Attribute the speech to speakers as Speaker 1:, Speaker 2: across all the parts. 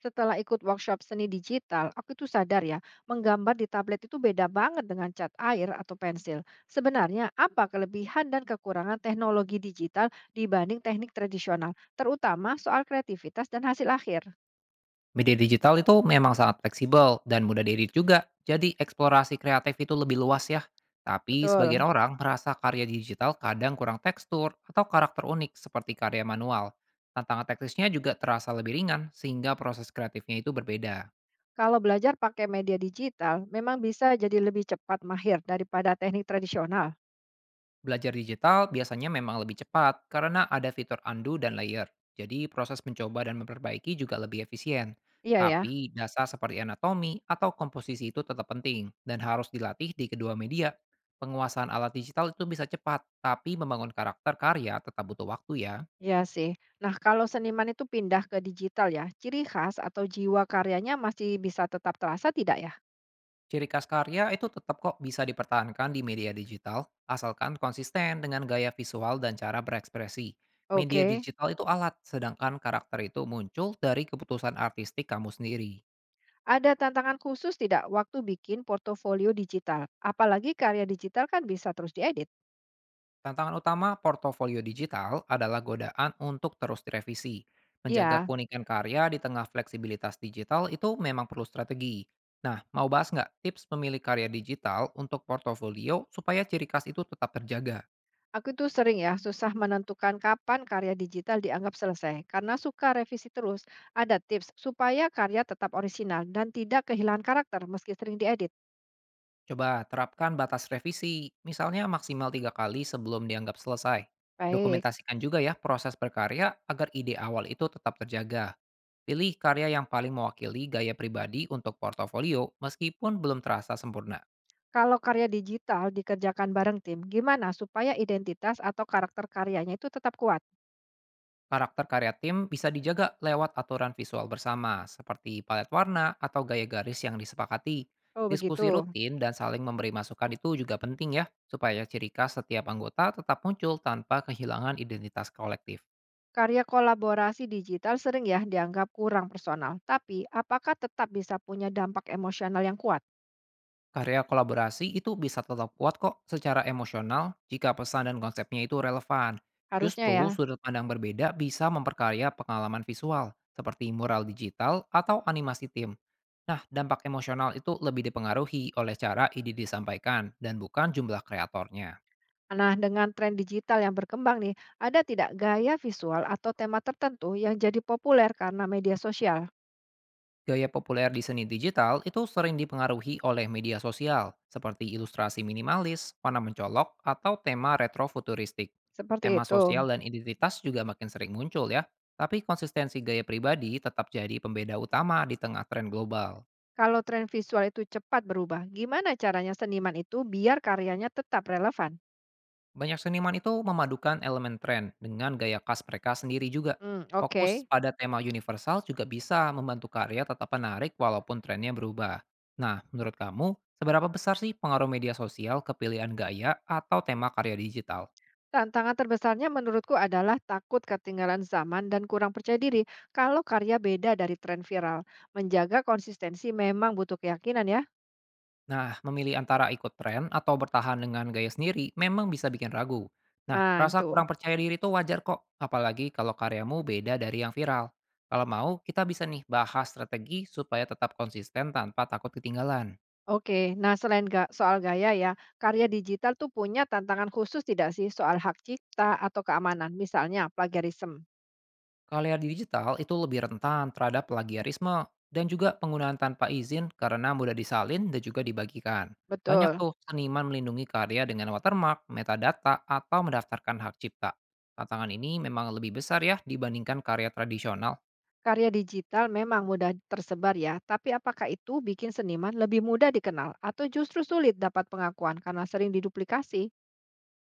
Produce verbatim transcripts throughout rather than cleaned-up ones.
Speaker 1: Setelah ikut workshop seni digital, aku itu sadar ya, menggambar di tablet itu beda banget dengan cat air atau pensil. Sebenarnya, apa kelebihan dan kekurangan teknologi digital dibanding teknik tradisional, terutama soal kreativitas dan hasil akhir?
Speaker 2: Media digital itu memang sangat fleksibel dan mudah diedit juga, jadi eksplorasi kreatif itu lebih luas ya. Tapi sebagian
Speaker 1: Betul.
Speaker 2: orang merasa karya digital kadang kurang tekstur atau karakter unik seperti karya manual. Tantangan teknisnya juga terasa lebih ringan sehingga proses kreatifnya itu berbeda.
Speaker 1: Kalau belajar pakai media digital, memang bisa jadi lebih cepat mahir daripada teknik tradisional.
Speaker 2: Belajar digital biasanya memang lebih cepat karena ada fitur undo dan layer. Jadi proses mencoba dan memperbaiki juga lebih efisien.
Speaker 1: Iya ya,
Speaker 2: Tapi dasar seperti anatomi atau komposisi itu tetap penting dan harus dilatih di kedua media. Penguasaan alat digital itu bisa cepat, tapi membangun karakter karya tetap butuh waktu ya.
Speaker 1: iya sih. Nah, kalau seniman itu pindah ke digital ya, ciri khas atau jiwa karyanya masih bisa tetap terasa tidak ya?
Speaker 2: Ciri khas karya itu tetap kok bisa dipertahankan di media digital, asalkan konsisten dengan gaya visual dan cara berekspresi. Media
Speaker 1: Oke.
Speaker 2: digital itu alat, sedangkan karakter itu muncul dari keputusan artistik kamu sendiri.
Speaker 1: Ada tantangan khusus tidak waktu bikin portofolio digital? Apalagi karya digital kan bisa terus diedit.
Speaker 2: Tantangan utama portofolio digital adalah godaan untuk terus direvisi. Menjaga
Speaker 1: Iya,
Speaker 2: keunikan karya di tengah fleksibilitas digital itu memang perlu strategi. Nah, mau bahas nggak tips memilih karya digital untuk portofolio supaya ciri khas itu tetap terjaga?
Speaker 1: aku tuh sering ya susah menentukan kapan karya digital dianggap selesai karena suka revisi terus. Ada tips supaya karya tetap orisinal dan tidak kehilangan karakter meski sering diedit.
Speaker 2: Coba terapkan batas revisi, misalnya maksimal tiga kali sebelum dianggap selesai.
Speaker 1: Baik.
Speaker 2: Dokumentasikan juga ya proses berkarya agar ide awal itu tetap terjaga. Pilih karya yang paling mewakili gaya pribadi untuk portofolio meskipun belum terasa sempurna.
Speaker 1: Kalau karya digital dikerjakan bareng tim, gimana supaya identitas atau karakter karyanya itu tetap kuat?
Speaker 2: Karakter karya tim bisa dijaga lewat aturan visual bersama, seperti palet warna atau gaya garis yang disepakati.
Speaker 1: Oh, begitu.
Speaker 2: Diskusi rutin dan saling memberi masukan itu juga penting ya, supaya ciri khas setiap anggota tetap muncul tanpa kehilangan identitas kolektif.
Speaker 1: Karya kolaborasi digital sering ya dianggap kurang personal, tapi apakah tetap bisa punya dampak emosional yang kuat?
Speaker 2: Karya kolaborasi itu bisa tetap kuat kok secara emosional jika pesan dan konsepnya itu relevan.
Speaker 1: Harusnya
Speaker 2: Justru
Speaker 1: ya.
Speaker 2: sudut pandang berbeda bisa memperkaya pengalaman visual, seperti mural digital atau animasi tim. Nah, dampak emosional itu lebih dipengaruhi oleh cara ide disampaikan dan bukan jumlah kreatornya.
Speaker 1: Nah, dengan tren digital yang berkembang nih, ada tidak gaya visual atau tema tertentu yang jadi populer karena media sosial?
Speaker 2: Gaya populer di seni digital itu sering dipengaruhi oleh media sosial, seperti ilustrasi minimalis, warna mencolok, atau tema retrofuturistik.
Speaker 1: Seperti
Speaker 2: Tema
Speaker 1: itu.
Speaker 2: sosial dan identitas juga makin sering muncul ya, tapi konsistensi gaya pribadi tetap jadi pembeda utama di tengah tren global.
Speaker 1: Kalau tren visual itu cepat berubah, gimana caranya seniman itu biar karyanya tetap relevan?
Speaker 2: Banyak seniman itu memadukan elemen tren dengan gaya khas mereka sendiri juga.
Speaker 1: Hmm,
Speaker 2: Fokus
Speaker 1: oke.
Speaker 2: pada tema universal juga bisa membantu karya tetap menarik walaupun trennya berubah. Nah, menurut kamu, seberapa besar sih pengaruh media sosial ke pilihan gaya atau tema karya digital?
Speaker 1: Tantangan terbesarnya menurutku adalah takut ketinggalan zaman dan kurang percaya diri kalau karya beda dari tren viral. Menjaga konsistensi memang butuh keyakinan ya.
Speaker 2: Nah, memilih antara ikut tren atau bertahan dengan gaya sendiri memang bisa bikin ragu. Nah,
Speaker 1: Nah,
Speaker 2: rasa
Speaker 1: itu.
Speaker 2: kurang percaya diri itu wajar kok, apalagi kalau karyamu beda dari yang viral. Kalau mau, kita bisa nih bahas strategi supaya tetap konsisten tanpa takut ketinggalan.
Speaker 1: Oke, nah selain ga- soal gaya ya, karya digital tuh punya tantangan khusus tidak sih soal hak cipta atau keamanan, misalnya plagiarisme.
Speaker 2: Karya digital itu lebih rentan terhadap plagiarisme dan juga penggunaan tanpa izin karena mudah disalin dan juga dibagikan. Banyak
Speaker 1: Betul.
Speaker 2: tuh seniman melindungi karya dengan watermark, metadata, atau mendaftarkan hak cipta. Tantangan ini memang lebih besar ya dibandingkan karya tradisional.
Speaker 1: Karya digital memang mudah tersebar ya, tapi apakah itu bikin seniman lebih mudah dikenal atau justru sulit dapat pengakuan karena sering diduplikasi?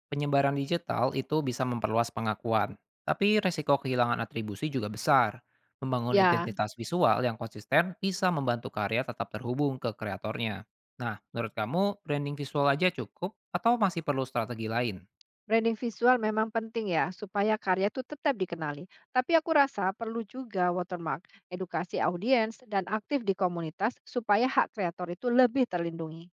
Speaker 2: Penyebaran digital itu bisa memperluas pengakuan, tapi resiko kehilangan atribusi juga besar. Membangun
Speaker 1: Ya,
Speaker 2: identitas visual yang konsisten bisa membantu karya tetap terhubung ke kreatornya. Nah, menurut kamu branding visual aja cukup atau masih perlu strategi lain?
Speaker 1: branding visual memang penting ya, supaya karya itu tetap dikenali. Tapi aku rasa perlu juga watermark, edukasi audiens, dan aktif di komunitas supaya hak kreator itu lebih terlindungi.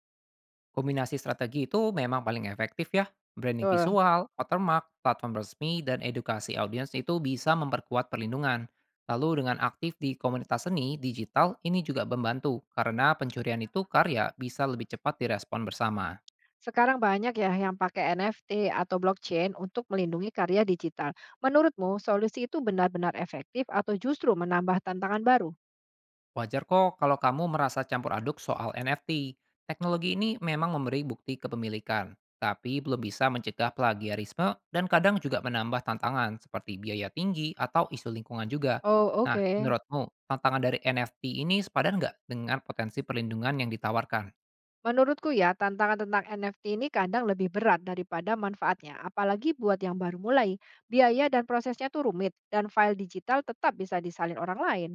Speaker 2: Kombinasi strategi itu memang paling efektif ya. Branding
Speaker 1: Betul.
Speaker 2: visual, watermark, platform resmi, dan edukasi audiens itu bisa memperkuat perlindungan. Lalu dengan aktif di komunitas seni digital, ini juga membantu karena pencurian itu karya bisa lebih cepat direspon bersama.
Speaker 1: Sekarang banyak ya yang pakai N F T atau blockchain untuk melindungi karya digital. Menurutmu solusi itu benar-benar efektif atau justru menambah tantangan baru?
Speaker 2: Wajar kok kalau kamu merasa campur aduk soal N F T. Teknologi ini memang memberi bukti kepemilikan, tapi belum bisa mencegah plagiarisme dan kadang juga menambah tantangan seperti biaya tinggi atau isu lingkungan juga.
Speaker 1: Oh,
Speaker 2: Nah,
Speaker 1: oke.
Speaker 2: menurutmu, tantangan dari N F T ini sepadan nggak dengan potensi perlindungan yang ditawarkan?
Speaker 1: Menurutku ya, tantangan tentang N F T ini kadang lebih berat daripada manfaatnya, apalagi buat yang baru mulai. Biaya dan prosesnya tuh rumit, dan file digital tetap bisa disalin orang lain.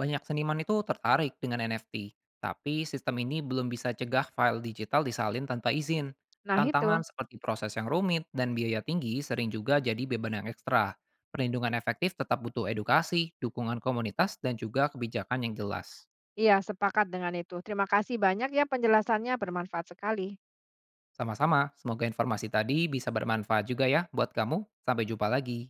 Speaker 2: Banyak seniman itu tertarik dengan N F T, tapi sistem ini belum bisa cegah file digital disalin tanpa izin.
Speaker 1: Nah itu,
Speaker 2: Tantangan seperti proses yang rumit dan biaya tinggi sering juga jadi beban yang ekstra. Perlindungan efektif tetap butuh edukasi, dukungan komunitas, dan juga kebijakan yang jelas.
Speaker 1: iya sepakat dengan itu. Terima kasih banyak ya penjelasannya, bermanfaat sekali.
Speaker 2: Sama-sama, semoga informasi tadi bisa bermanfaat juga ya buat kamu. Sampai jumpa lagi.